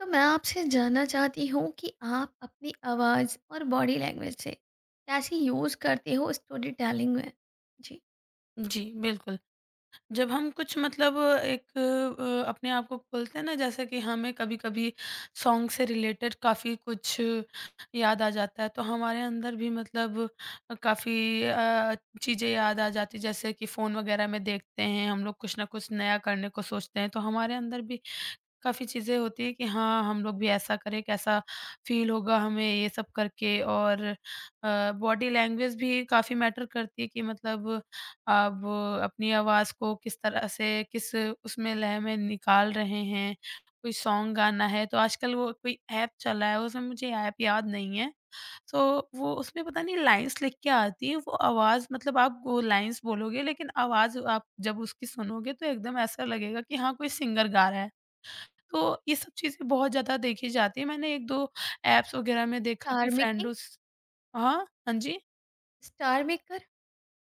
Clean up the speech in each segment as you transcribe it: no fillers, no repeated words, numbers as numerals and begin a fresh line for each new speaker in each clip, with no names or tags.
तो मैं आपसे जानना चाहती हूँ कि आप अपनी आवाज़ और बॉडी लैंग्वेज से कैसे यूज़ करते हो स्टोरी टेलिंग में? जी।
जी, बिल्कुल। जब हम कुछ मतलब एक अपने आप को खोलते हैं ना, जैसे कि हमें कभी-कभी सॉन्ग से रिलेटेड काफ़ी कुछ याद आ जाता है, तो हमारे अंदर भी मतलब काफ़ी चीज़ें याद आ जाती हैं। जैसे कि फ़ोन वगैरह में देखते हैं, हम लोग कुछ ना कुछ नया करने को सोचते हैं, तो हमारे अंदर भी काफ़ी चीज़ें होती हैं कि हाँ, हम लोग भी ऐसा करें, कैसा फ़ील होगा हमें ये सब करके। और बॉडी लैंग्वेज भी काफ़ी मैटर करती है कि मतलब आप अपनी आवाज़ को किस तरह से, किस उसमें लय में निकाल रहे हैं। कोई सॉन्ग गाना है तो आजकल वो कोई ऐप चला है, उसमें मुझे ऐप याद नहीं है। तो वो उसमें पता नहीं लाइन्स लिख के आती है, वो आवाज़ मतलब आप वो लाइन्स बोलोगे लेकिन आवाज़ आप जब उसकी सुनोगे तो एकदम ऐसा लगेगा कि हाँ, कोई सिंगर गा रहा है। तो ये सब चीज़ें बहुत ज़्यादा देखी जाती हैं। मैंने 1-2 ऐप्स वगैरह में देखा कि
स्टार मेकिंग
फ्रेंडों स हाँ? हाँ जी?
Star maker?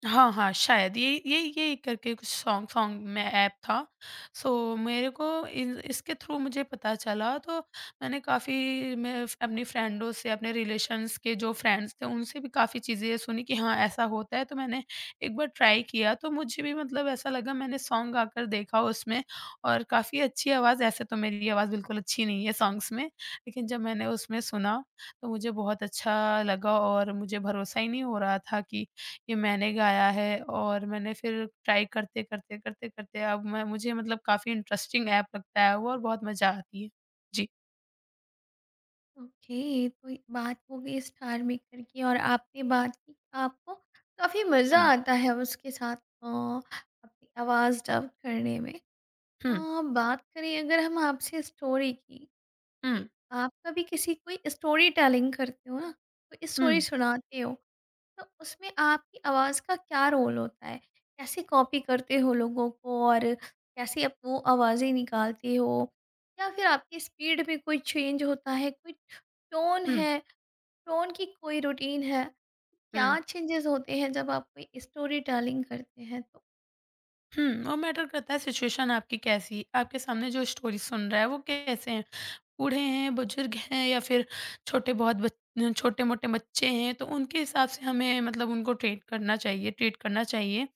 हाँ, हाँ, शायद ये यही यही करके कुछ सॉन्ग सॉन्ग में ऐप था। सो मेरे को इन इसके थ्रू मुझे पता चला, तो मैंने काफ़ी अपनी फ्रेंडों से, अपने रिलेशंस के जो फ्रेंड्स थे उनसे भी काफ़ी चीज़ें सुनी कि हाँ, ऐसा होता है, तो मैंने एक बार ट्राई किया तो मुझे भी मतलब ऐसा लगा, मैंने सॉन्ग गाकर देखा उसमें, और काफ़ी अच्छी आवाज़, ऐसे तो मेरी आवाज़ बिल्कुल अच्छी नहीं है सॉन्ग्स में, लेकिन जब मैंने उसमें सुना तो मुझे बहुत अच्छा लगा, और मुझे भरोसा ही नहीं हो रहा था कि ये मैंने गाया है। और मैंने फिर ट्राई करते, करते, करते, करते अब मैं मुझे मतलब काफ़ी इंटरेस्टिंग ऐप लगता है वो, और बहुत मज़ा आती है। जी।
ओके, तो ये बात हो गई स्टार मेकर की और आपने बात की आपको काफ़ी मज़ा
हुँ,
आता है उसके साथ अ, अपनी आवाज़ डब करने में।
हुँ,
बात करें अगर हम आपसे स्टोरी की
हुँ,
कि आप कभी किसी कोई स्टोरी टेलिंग करते हो ना, कोई
हुँ,
स्टोरी सुनाते हो तो उसमें आपकी आवाज़ का क्या रोल होता है? कैसे कॉपी करते हो लोगों को और कैसे आप वो आवाज़ें निकालते हो? या फिर आपकी स्पीड में कोई चेंज होता है, कोई टोन
हुँ,
है, टोन की कोई रूटीन है?
हुँ,
क्या चेंजेस होते हैं जब आप कोई स्टोरी टेलिंग करते हैं तो?
हुँ। और मैटर करता है सिचुएशन आपकी कैसी, आपके सामने जो स्टोरी सुन रहा है वो कैसे हैं। बूढ़े हैं, बुजुर्ग हैं या फिर छोटे बहुत बच छोटे-मोटे बच्चे हैं, तो उनके हिसाब से हमें मतलब उनको ट्रीट करना चाहिए, ट्रीट करना चाहिए।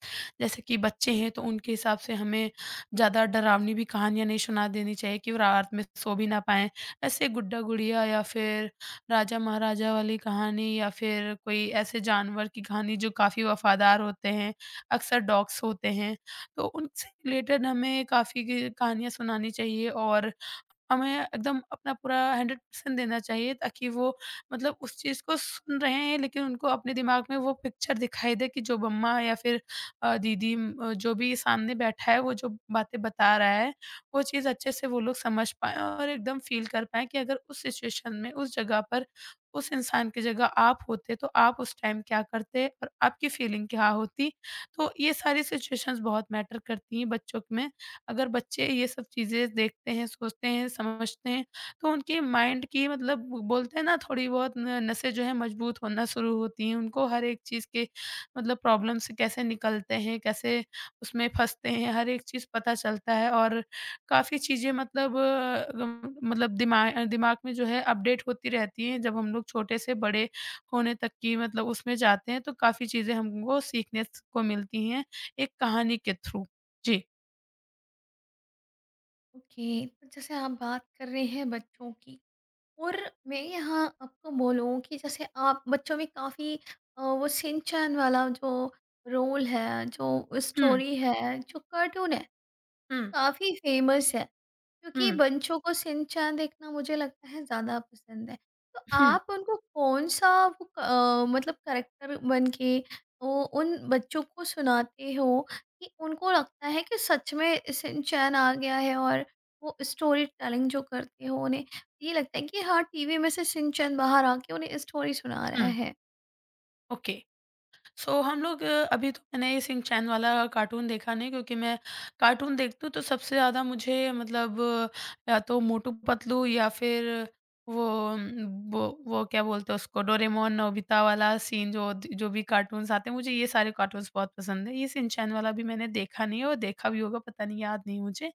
जैसे कि बच्चे हैं, तो उनके हिसाब से हमें ज़्यादा डरावनी भी कहानियाँ नहीं सुना देनी चाहिए कि वो रात में सो भी ना पाएँ। ऐसे गुड्डा-गुड़िया या फिर राजा-महाराजा वाली कहानी, या फिर कोई ऐसे जानवर की कहानी जो काफ़ी वफ़ादार होते हैं, अक्सर डॉग्स होते हैं, तो उनसे रिलेटेड हमें काफ़ी ग कहानियाँ सुनानी चाहिए, और हमें एकदम अपना पूरा 100% देना चाहिए ताकि वो मतलब उस चीज़ को सुन रहे हैं लेकिन उनको अपने दिमाग में वो पिक्चर दिखाई दे कि जो मम्मा या फिर दीदी, जो भी सामने बैठा है वो जो बातें बता रहा है, वो चीज़ अच्छे से वो लोग समझ पाए और एकदम फील कर पाए कि अगर उस सिचुएशन में उस जगह पर उस इंसान की जगह आप होते तो आप उस टाइम क्या करते, और आपकी फीलिंग क्या होती। तो ये सारी सिचुएशंस बहुत मैटर करती हैं बच्चों में। अगर बच्चे ये सब चीज़ें देखते हैं, सोचते हैं, समझते हैं, तो उनके माइंड की मतलब बोलते हैं ना, थोड़ी बहुत न नसें जो है मजबूत होना शुरू होती हैं। उनको हर एक चीज़ के मतलब प्रॉब्लम से कैसे निकलते हैं, कैसे उसमें फँसते हैं, हर एक चीज़ पता चलता है, और काफ़ी चीज़ें मतलब अ, गम मतलब दिमाग में जो है अपडेट होती रहती हैं। जब हम लोग छोटे से बड़े होने तक की मतलब उसमें जाते हैं, तो काफ़ी चीज़ें हमको सीखने स को मिलती हैं, एक कहानी के थ्रू। जी।
ओके, तो जैसे आप बात कर रहे हैं बच्चों की। और मैं यहाँ आपको बोलूँ कि जैसे आप बच्चों में काफ़ी वो सिंचैन वाला जो रोल है, जो
हुँ।
स्टोरी है, जो कार्टून है, वो
हुँ,
काफ़ी फेमस है। क्योंकि
हुँ,
बंचों को शिनचैन देखना मुझे लगता है ज़्यादा पसंद है। तो
हुँ,
आप उनको कौन-सा वो मतलब कैरेक्टर बन के वो उन बच्चों को सुनाते हो कि उनको लगता है कि सच में शिनचैन आ गया है और वो स्टोरी टेलिंग जो करते हो उन्हें ये लगता है कि हाँ, टीवी में से शिनचैन बाहर आके उन्हें स्टोरी सुना रहा
हुँ,
है?
ओके। सो हम लोग अभी तो मैंने ये सिंह चैन वाला कार्टून देखा नहीं, क्योंकि मैं कार्टून देखती हूँ तो सबसे ज़्यादा मुझे मतलब या तो मोटू पतलू या फिर वो वो क्या बोलते हैं उसको, डोरेमोन, नोबिता वाला सीन, जो जो भी कार्टून्स आते हैं, मुझे ये सारे कार्टून्स बहुत पसंद हैं। ये सिंह चैन वाला भी मैंने देखा नहीं है, और देखा भी होगा पता नहीं, याद नहीं मुझे।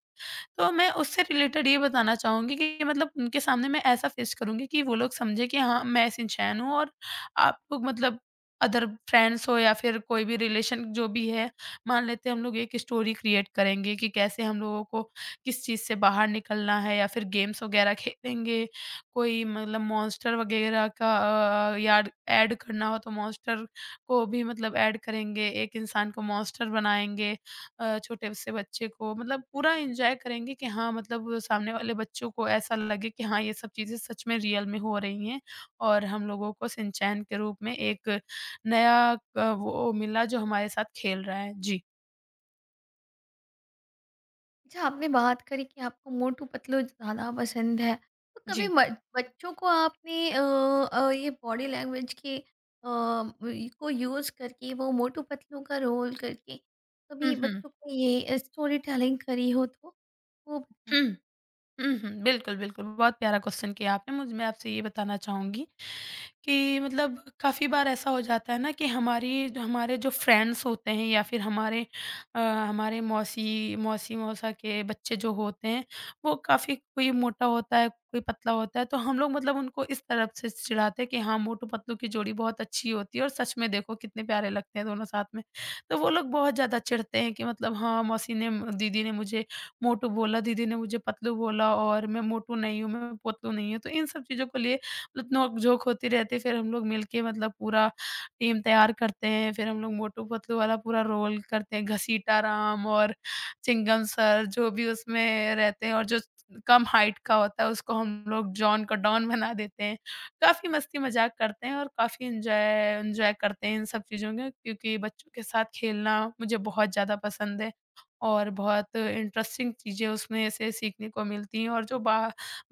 तो मैं उससे रिलेटेड ये बताना चाहूँगी कि मतलब उनके सामने मैं ऐसा पेश करूँगी कि वो लोग समझे कि हाँ, मैं सिंचैन हूँ, और आप लोग मतलब अदर फ्रेंड्स हो या फिर कोई भी रिलेशन जो भी है, मान लेते हैं, हम लोग एक स्टोरी क्रिएट करेंगे कि कैसे हम लोगों को किस चीज़ से बाहर निकलना है, या फिर गेम्स वगैरह खेलेंगे, कोई मतलब मॉन्स्टर वगैरह का अ, याड ऐड करना हो तो मॉन्स्टर को भी मतलब ऐड करेंगे, एक इंसान को मॉन्स्टर बनाएँगे। छोटे से बच्चे को मतलब पूरा एन्जॉय करेंगे कि हाँ, मतलब सामने वाले बच्चों को ऐसा लगे कि हाँ, ये सब चीज़ें सच में, रियल में हो रही हैं, और हम लोगों को शिनचैन के रूप में एक नया वो मिला जो हमारे साथ खेल रहा है। जी,
अच्छा आपने बात करी कि आपको मोटू पतलू ज़्यादा पसंद है। तो कभी
जी।
म बच्चों को आपने ये बॉडी लैंग्वेज के इ को यूज़ करके वो मोटू पतलू का रोल करके
हुँ,
कभी
हुँ।
बच्चों को ये स्टोरी टेलिंग करी हो तो वो बताएँ?
हुँ, हुँ, हुँ। बिल्कुल, बिल्कुल। बहुत प्यारा क्वेश्चन किया आपने। मुझ मैं आपसे ये बताना चाहूँगी कि मतलब काफ़ी बार ऐसा हो जाता है ना कि हमारी जो हमारे जो फ्रेंड्स होते हैं या फिर हमारे हमारे मौसी मौसी मौसा के बच्चे जो होते हैं, वो काफ़ी, कोई मोटा होता है कोई पतला होता है, तो हम लोग मतलब उनको इस तरफ से चिढ़ाते हैं कि हाँ, मोटू पतलू की जोड़ी बहुत अच्छी होती है, और सच में देखो कितने प्यारे लगते हैं दोनों साथ में। तो वो लोग बहुत ज़्यादा चिढ़ते हैं कि मतलब हाँ, मौसी ने दीदी ने मुझे मोटू बोला, दीदी ने मुझे पतलू बोला, और मैं मोटू नहीं हूँ, मैं पतलू नहीं हूँ, तो इन सब चीज़ों को लिए मतलब नोक-झोंक होती रहती है, फिर हम लोग मिलके मतलब पूरा टीम तैयार करते हैं, फिर हम लोग मोटू-पतलू वाला पूरा रोल करते हैं, घसीटा राम और चिंगम सर जो भी उसमें रहते हैं, और जो कम हाइट का होता है उसको हम लोग जॉन का डॉन बना देते हैं। काफ़ी मस्ती मज़ाक करते हैं, और काफ़ी एन्जॉय एन्जॉय करते हैं इन सब चीज़ों में, क्योंकि बच्चों के साथ खेलना मुझे बहुत ज़्यादा पसंद है, और बहुत इंटरेस्टिंग चीज़ें उसमें से सीखने को मिलती हैं, और जो बा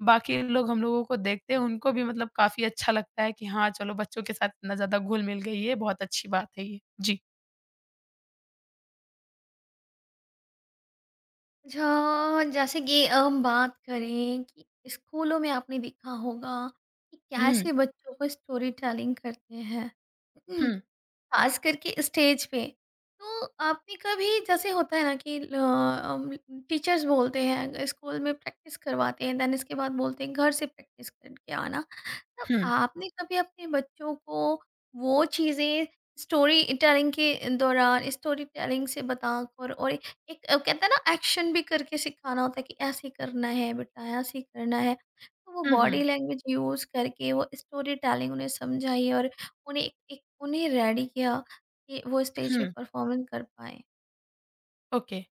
बाकी लोग हम लोगों को देखते हैं, उनको भी मतलब काफ़ी अच्छा लगता है कि हाँ, चलो बच्चों के साथ इतना ज़्यादा घुल-मिल गई है, बहुत अच्छी बात है ये। जी।
अच्छा जैसे कि हम बात करें कि स्कूलों में आपने देखा होगा कि
हुँ,
कैसे बच्चों को स्टोरी टेलिंग करते हैं।
हुँ,
खास करके स्टेज पे। तो आपने कभी जैसे होता है ना कि टीचर्स बोलते हैं स्कूल में प्रैक्टिस करवाते हैं देन इसके बाद बोलते हैं घर से प्रैक्टिस करके आना। तो
हुँ।
आपने कभी अपने बच्चों को वो चीज़ें स्टोरी टेलिंग के दौरान स्टोरी टेलिंग से बताकर और एक कहते हैं ना एक्शन भी करके सिखाना होता है कि ऐसे करना है बेटा ऐसे करना है तो वो
हुँ,
बॉडी
हुँ,
लैंग्वेज यूज़ करके वो स्टोरी टेलिंग उन्हें समझाई और उन्हें एक उन्हें रेडी किया कि वो स्टेज पे
हुँ।
परफॉर्मेंस कर पाए।
ओके।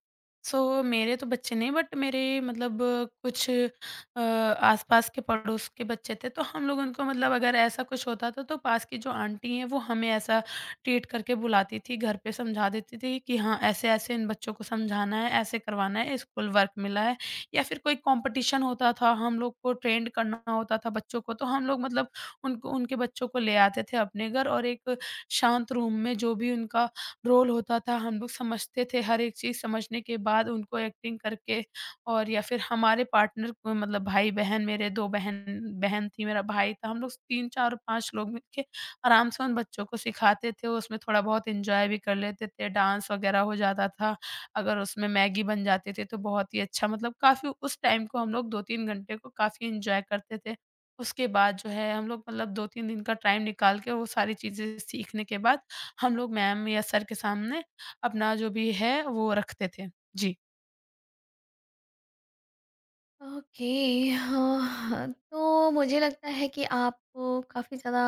सो मेरे तो बच्चे नहीं, बट मेरे मतलब कुछ आस-पास के, पड़ोस के बच्चे थे, तो हम लोग उनको मतलब अगर ऐसा कुछ होता था तो पास की जो आंटी हैं वो हमें ऐसा ट्रीट करके बुलाती थी, घर पे समझा देती थी कि हाँ, ऐसे-ऐसे इन बच्चों को समझाना है, ऐसे करवाना है, स्कूल वर्क मिला है या फिर कोई कॉम्पिटिशन होता था, हम लोग को ट्रेंड करना होता था बच्चों को। तो हम लोग मतलब उनको, उनके बच्चों को ले आते थे अपने घर, और एक शांत रूम में जो भी उनका रोल होता था, हम लोग समझते थे, हर एक चीज़ समझने के बाद उनको एक्टिंग करके, और या फिर हमारे पार्टनर को मतलब भाई-बहन, मेरे 2 बहन बहन थी, मेरा भाई था, हम लोग 3, 4 और 5 लोग मिलके आराम से उन बच्चों को सिखाते थे, उसमें थोड़ा बहुत एन्जॉय भी कर लेते थे, डांस वगैरह हो जाता था, अगर उसमें मैगी बन जाती थी तो बहुत ही अच्छा, मतलब काफ़ी उस टाइम को हम लोग 2-3 घंटे को काफ़ी एन्जॉय करते थे। उसके बाद जो है हम लोग मतलब 2-3 दिन का टाइम निकाल के वो सारी चीज़ें सीखने के बाद हम लोग मैम या सर के सामने अपना जो भी है वो रखते थे। जी,
ओके। हाँ तो मुझे लगता है कि आप काफ़ी ज़्यादा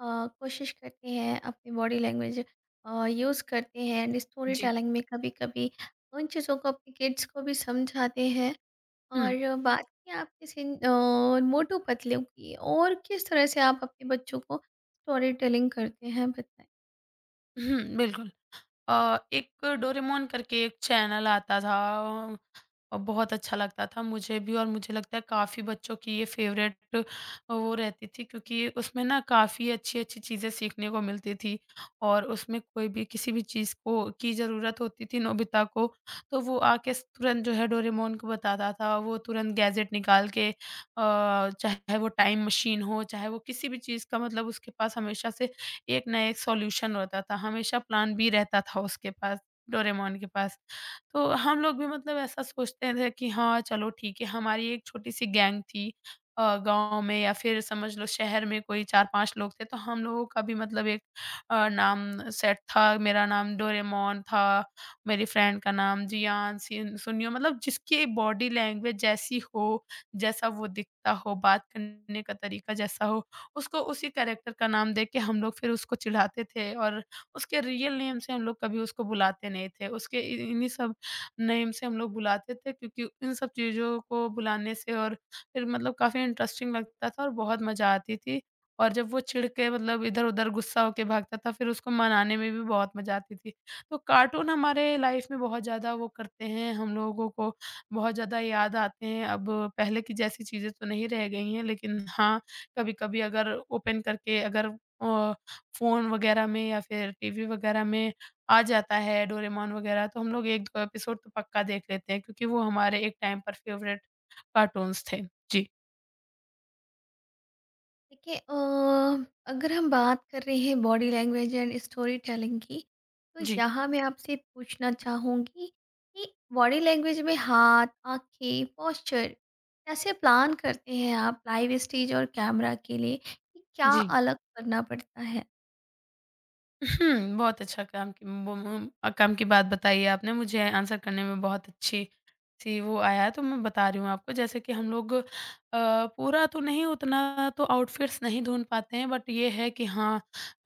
कोशिश करते हैं अपनी बॉडी लैंग्वेज यूज़ करते हैं एंड स्टोरी
जी।
टेलिंग में कभी कभी उन चीज़ों को अपने किड्स को भी समझाते हैं
हुँ,
और बात की आप किसी मोटू पतलू की और किस तरह से आप अपने बच्चों को स्टोरी टेलिंग करते हैं बताइए।
हुँ, बिल्कुल। एक डोरेमोन करके एक चैनल आता था और बहुत अच्छा लगता था मुझे भी, और मुझे लगता है काफ़ी बच्चों की ये फेवरेट वो रहती थी, क्योंकि उसमें ना काफ़ी अच्छी-अच्छी चीज़ें सीखने को मिलती थी, और उसमें कोई भी, किसी भी चीज़ को की ज़रूरत होती थी नोबिता को, तो वो आके स तुरंत जो है डोरेमोन को बताता था, वो तुरंत गैजेट निकाल के चाहे वो टाइम मशीन हो, चाहे वो किसी भी चीज़ का, मतलब उसके पास हमेशा से एक ना एक सॉल्यूशन होता था, हमेशा प्लान बी रहता था उसके पास, डोरेमोन के पास। तो हम लोग भी मतलब ऐसा सोचते थे कि हाँ, चलो ठीक है, हमारी एक छोटी-सी गैंग थी, गाँव में या फिर समझ लो शहर में कोई 4-5 लोग थे, तो हम लोगों का भी मतलब एक नाम सेट था। मेरा नाम डोरेमोन था, मेरी फ्रेंड का नाम जियान, सिन सुनियो, मतलब जिसकी बॉडी लैंग्वेज जैसी हो, जैसा वो दिखता हो, बात करने का तरीका जैसा हो, उसको उसी कैरेक्टर का नाम दे के हम लोग फिर उसको चिढ़ाते थे, और उसके रियल नेम से हम लोग कभी उसको बुलाते नहीं थे। उसके इ इन्हीं सब नेम से हम लोग बुलाते थे, क्योंकि इन सब चीज़ों को बुलाने से और फिर मतलब काफ़ी इंटरेस्टिंग लगता था और बहुत मज़ा आती थी। और जब वो चिढ़ के मतलब इधर-उधर गुस्सा होके भागता था फिर उसको मनाने में भी बहुत मज़ा आती थी। तो कार्टून हमारे लाइफ़ में बहुत ज़्यादा वो करते हैं, हम लोगों को बहुत ज़्यादा याद आते हैं। अब पहले की जैसी चीज़ें तो नहीं रह गई हैं लेकिन हाँ, कभी-कभी अगर ओपन करके अगर अ, फ़ोन वगैरह में या फिर टीवी वगैरह में आ जाता है डोरेमोन वगैरह तो हम लोग 1-2 एपिसोड तो पक्का देख लेते हैं क्योंकि वो हमारे एक टाइम पर फ़ेवरेट कार्टून्स थे। जी।
देखिए अगर हम बात कर रहे हैं body language and story telling की तो
जी,
यहाँ मैं आपसे पूछना चाहूँगी कि बॉडी लैंग्वेज में हाथ, आँखें, पोस्चर कैसे प्लान करते हैं आप लाइव स्टेज और कैमरा के लिए कि क्या
जी।
अलग करना पड़ता है?
बहुत अच्छा काम की काम की बात बताई है आपने, मुझे आंसर करने में बहुत अच्छी-सी वो आया, तो मैं बता रही हूँ आपको। जैसे कि हम लोग पूरा तो नहीं, उतना तो आउटफिट्स नहीं ढूँढ पाते हैं, बट ये है कि हाँ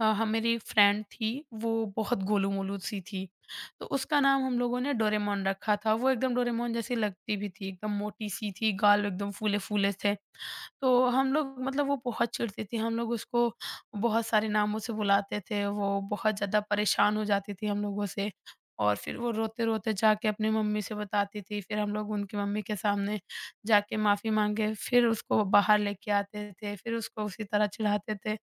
अ, ह मेरी एक फ्रेंड थी, वो बहुत गोलू-मोलू-सी थी, तो उसका नाम हम लोगों ने डोरेमोन रखा था। वो एकदम डोरेमोन जैसी लगती भी थी, एकदम मोटी-सी थी, गाल एकदम फूले-फूले थे। तो हम लोग मतलब वो बहुत चिढ़ती थी, हम लोग उसको बहुत सारे नामों से बुलाते थे, वो बहुत ज़्यादा परेशान हो जाती थी हम लोगों से और फिर वो रोते-रोते जाके अपनी मम्मी से बताती थी, फिर हम लोग उनकी मम्मी के सामने जाके माफ़ी माँगे, फिर उसको बाहर लेके आते थे, फिर उसको उसी तरह चिढ़ाते थे।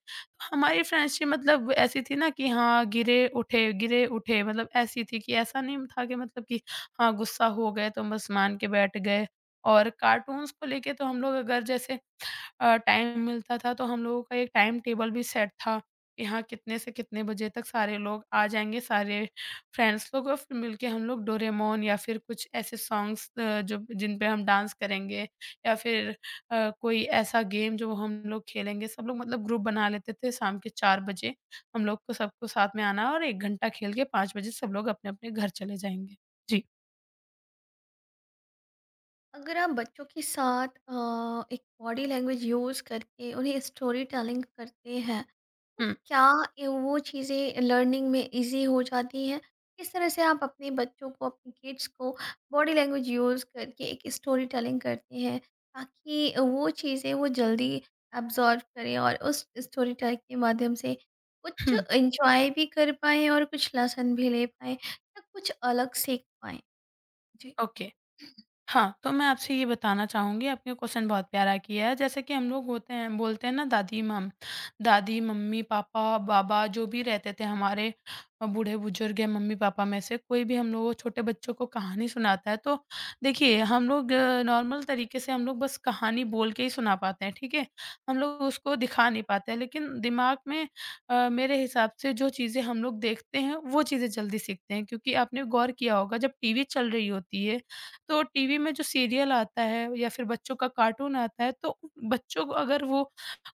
हमारी फ्रेंडशिप मतलब ऐसी थी ना कि हाँ, गिरे, उठे मतलब ऐसी थी कि ऐसा नहीं था कि मतलब कि हाँ, गुस्सा हो गए तो बस मान के बैठ गए और कार्टून्स को लेके तो हम लोग अगर जैसे टाइम मिलता था तो हम लोगों का एक टाइम टेबल भी सेट था कि हाँ कितने से कितने बजे तक सारे लोग आ जाएँगे सारे फ्रेंड्स लोग और फिर मिलके हम लोग डोरेमोन या फिर कुछ ऐसे सॉन्ग्स जो जिन पे हम डांस करेंगे या फिर कोई ऐसा गेम जो हम लोग खेलेंगे। सब लोग मतलब ग्रुप बना लेते थे शाम के 4 बजे हम लोग को सबको साथ में आना है और 1 घंटा खेल के 5 बजे सब लोग अपने-अपने घर चले जाएँगे। जी।
अगर आप बच्चों के साथ एक बॉडी लैंग्वेज यूज़ करके उन्हें स्टोरी टेलिंग करते हैं तो
हुँ,
क्या ये वो चीज़ें लर्निंग में इजी हो जाती हैं? किस तरह से आप अपने बच्चों को, अपने किड्स को बॉडी लैंग्वेज यूज़ करके एक स्टोरी टेलिंग करते हैं ताकि वो चीज़ें वो जल्दी एब्ज़ॉर्ब करें और उस स्टोरी टेलिंग के माध्यम से कुछ
हुँ।
एन्जॉय भी कर पाएँ और कुछ लेसन भी ले पाएँ या कुछ अलग सीख पाएँ? जी।
ओके। हाँ, तो मैं आपसे ये बताना चाहूँगी, आपने क्वेश्चन बहुत प्यारा किया है। जैसे कि हम लोग होते हैं बोलते हैं ना दादी, मम्मी, पापा, बाबा जो भी रहते थे हमारे बूढ़े-बुजुर्ग या मम्मी-पापा में से कोई भी हम लोगों को छोटे बच्चों को कहानी सुनाता है। तो देखिए हम लोग नॉर्मल तरीके से हम लोग बस कहानी बोल के ही सुना पाते हैं, ठीक है? हम लोग उसको दिखा नहीं पाते हैं, लेकिन दिमाग में मेरे हिसाब से जो चीज़ें हम लोग देखते हैं, वो चीज़ें जल्दी सीखते हैं। क्योंकि आपने गौर किया होगा जब टीवी चल रही होती है तो टीवी में जो सीरियल आता है या फिर बच्चों का कार्टून आता है, तो बच्चों को अगर वो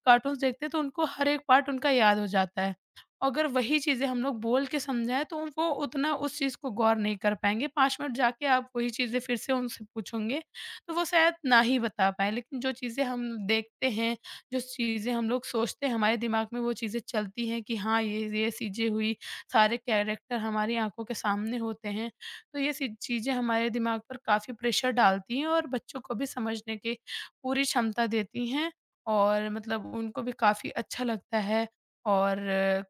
कार्टून्स देखते हैं तो उनको हर एक पार्ट उनका याद हो जाता है। अगर वही चीज़ें हम लोग बोल के समझाएँ तो वो उतना उस चीज़ को गौर नहीं कर पाएँगे। 5 मिनट जाके आप वही चीज़ें फिर से उनसे पूछोगे, तो वो शायद ना ही बता पाएँ। लेकिन जो चीज़ें हम देखते हैं, जो चीज़ें हम लोग सोचते हैं, हमारे दिमाग में वो चीज़ें चलती हैं कि हाँ, ये चीज़ें हुई, सारे कैरेक्टर हमारी आँखों के सामने होते हैं। तो ये सी चीज़ें हमारे दिमाग पर काफ़ी प्रेशर डालती हैं और बच्चों को भी समझने की पूरी क्षमता देती हैं और मतलब उनको भी काफ़ी अच्छा लगता है और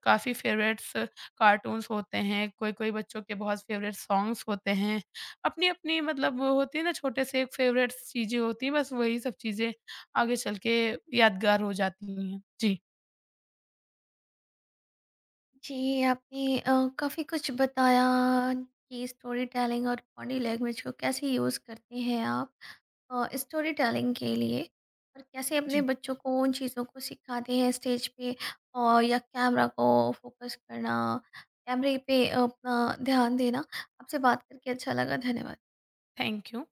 काफ़ी फ़ेवरेट्स कार्टून्स होते हैं, कोई-कोई बच्चों के बहुत फ़ेवरेट सॉन्ग्स होते हैं। अपनी-अपनी मतलब वो होती है ना छोटे से एक फ़ेवरेट्स चीज़ें होती हैं, बस वही सब चीज़ें आगे चल के यादगार हो जाती हैं। जी।
जी, आपने काफ़ी कुछ बताया कि स्टोरी टेलिंग और बॉडी लैंग्वेज को कैसे यूज़ करते हैं आप स्टोरी टेलिंग के लिए और कैसे अपने
जी।
बच्चों को उन चीज़ों को सिखाते हैं स्टेज पे और या कैमरा को फोकस करना, कैमरे पे अपना ध्यान देना। आपसे बात करके अच्छा लगा, धन्यवाद।
Thank you.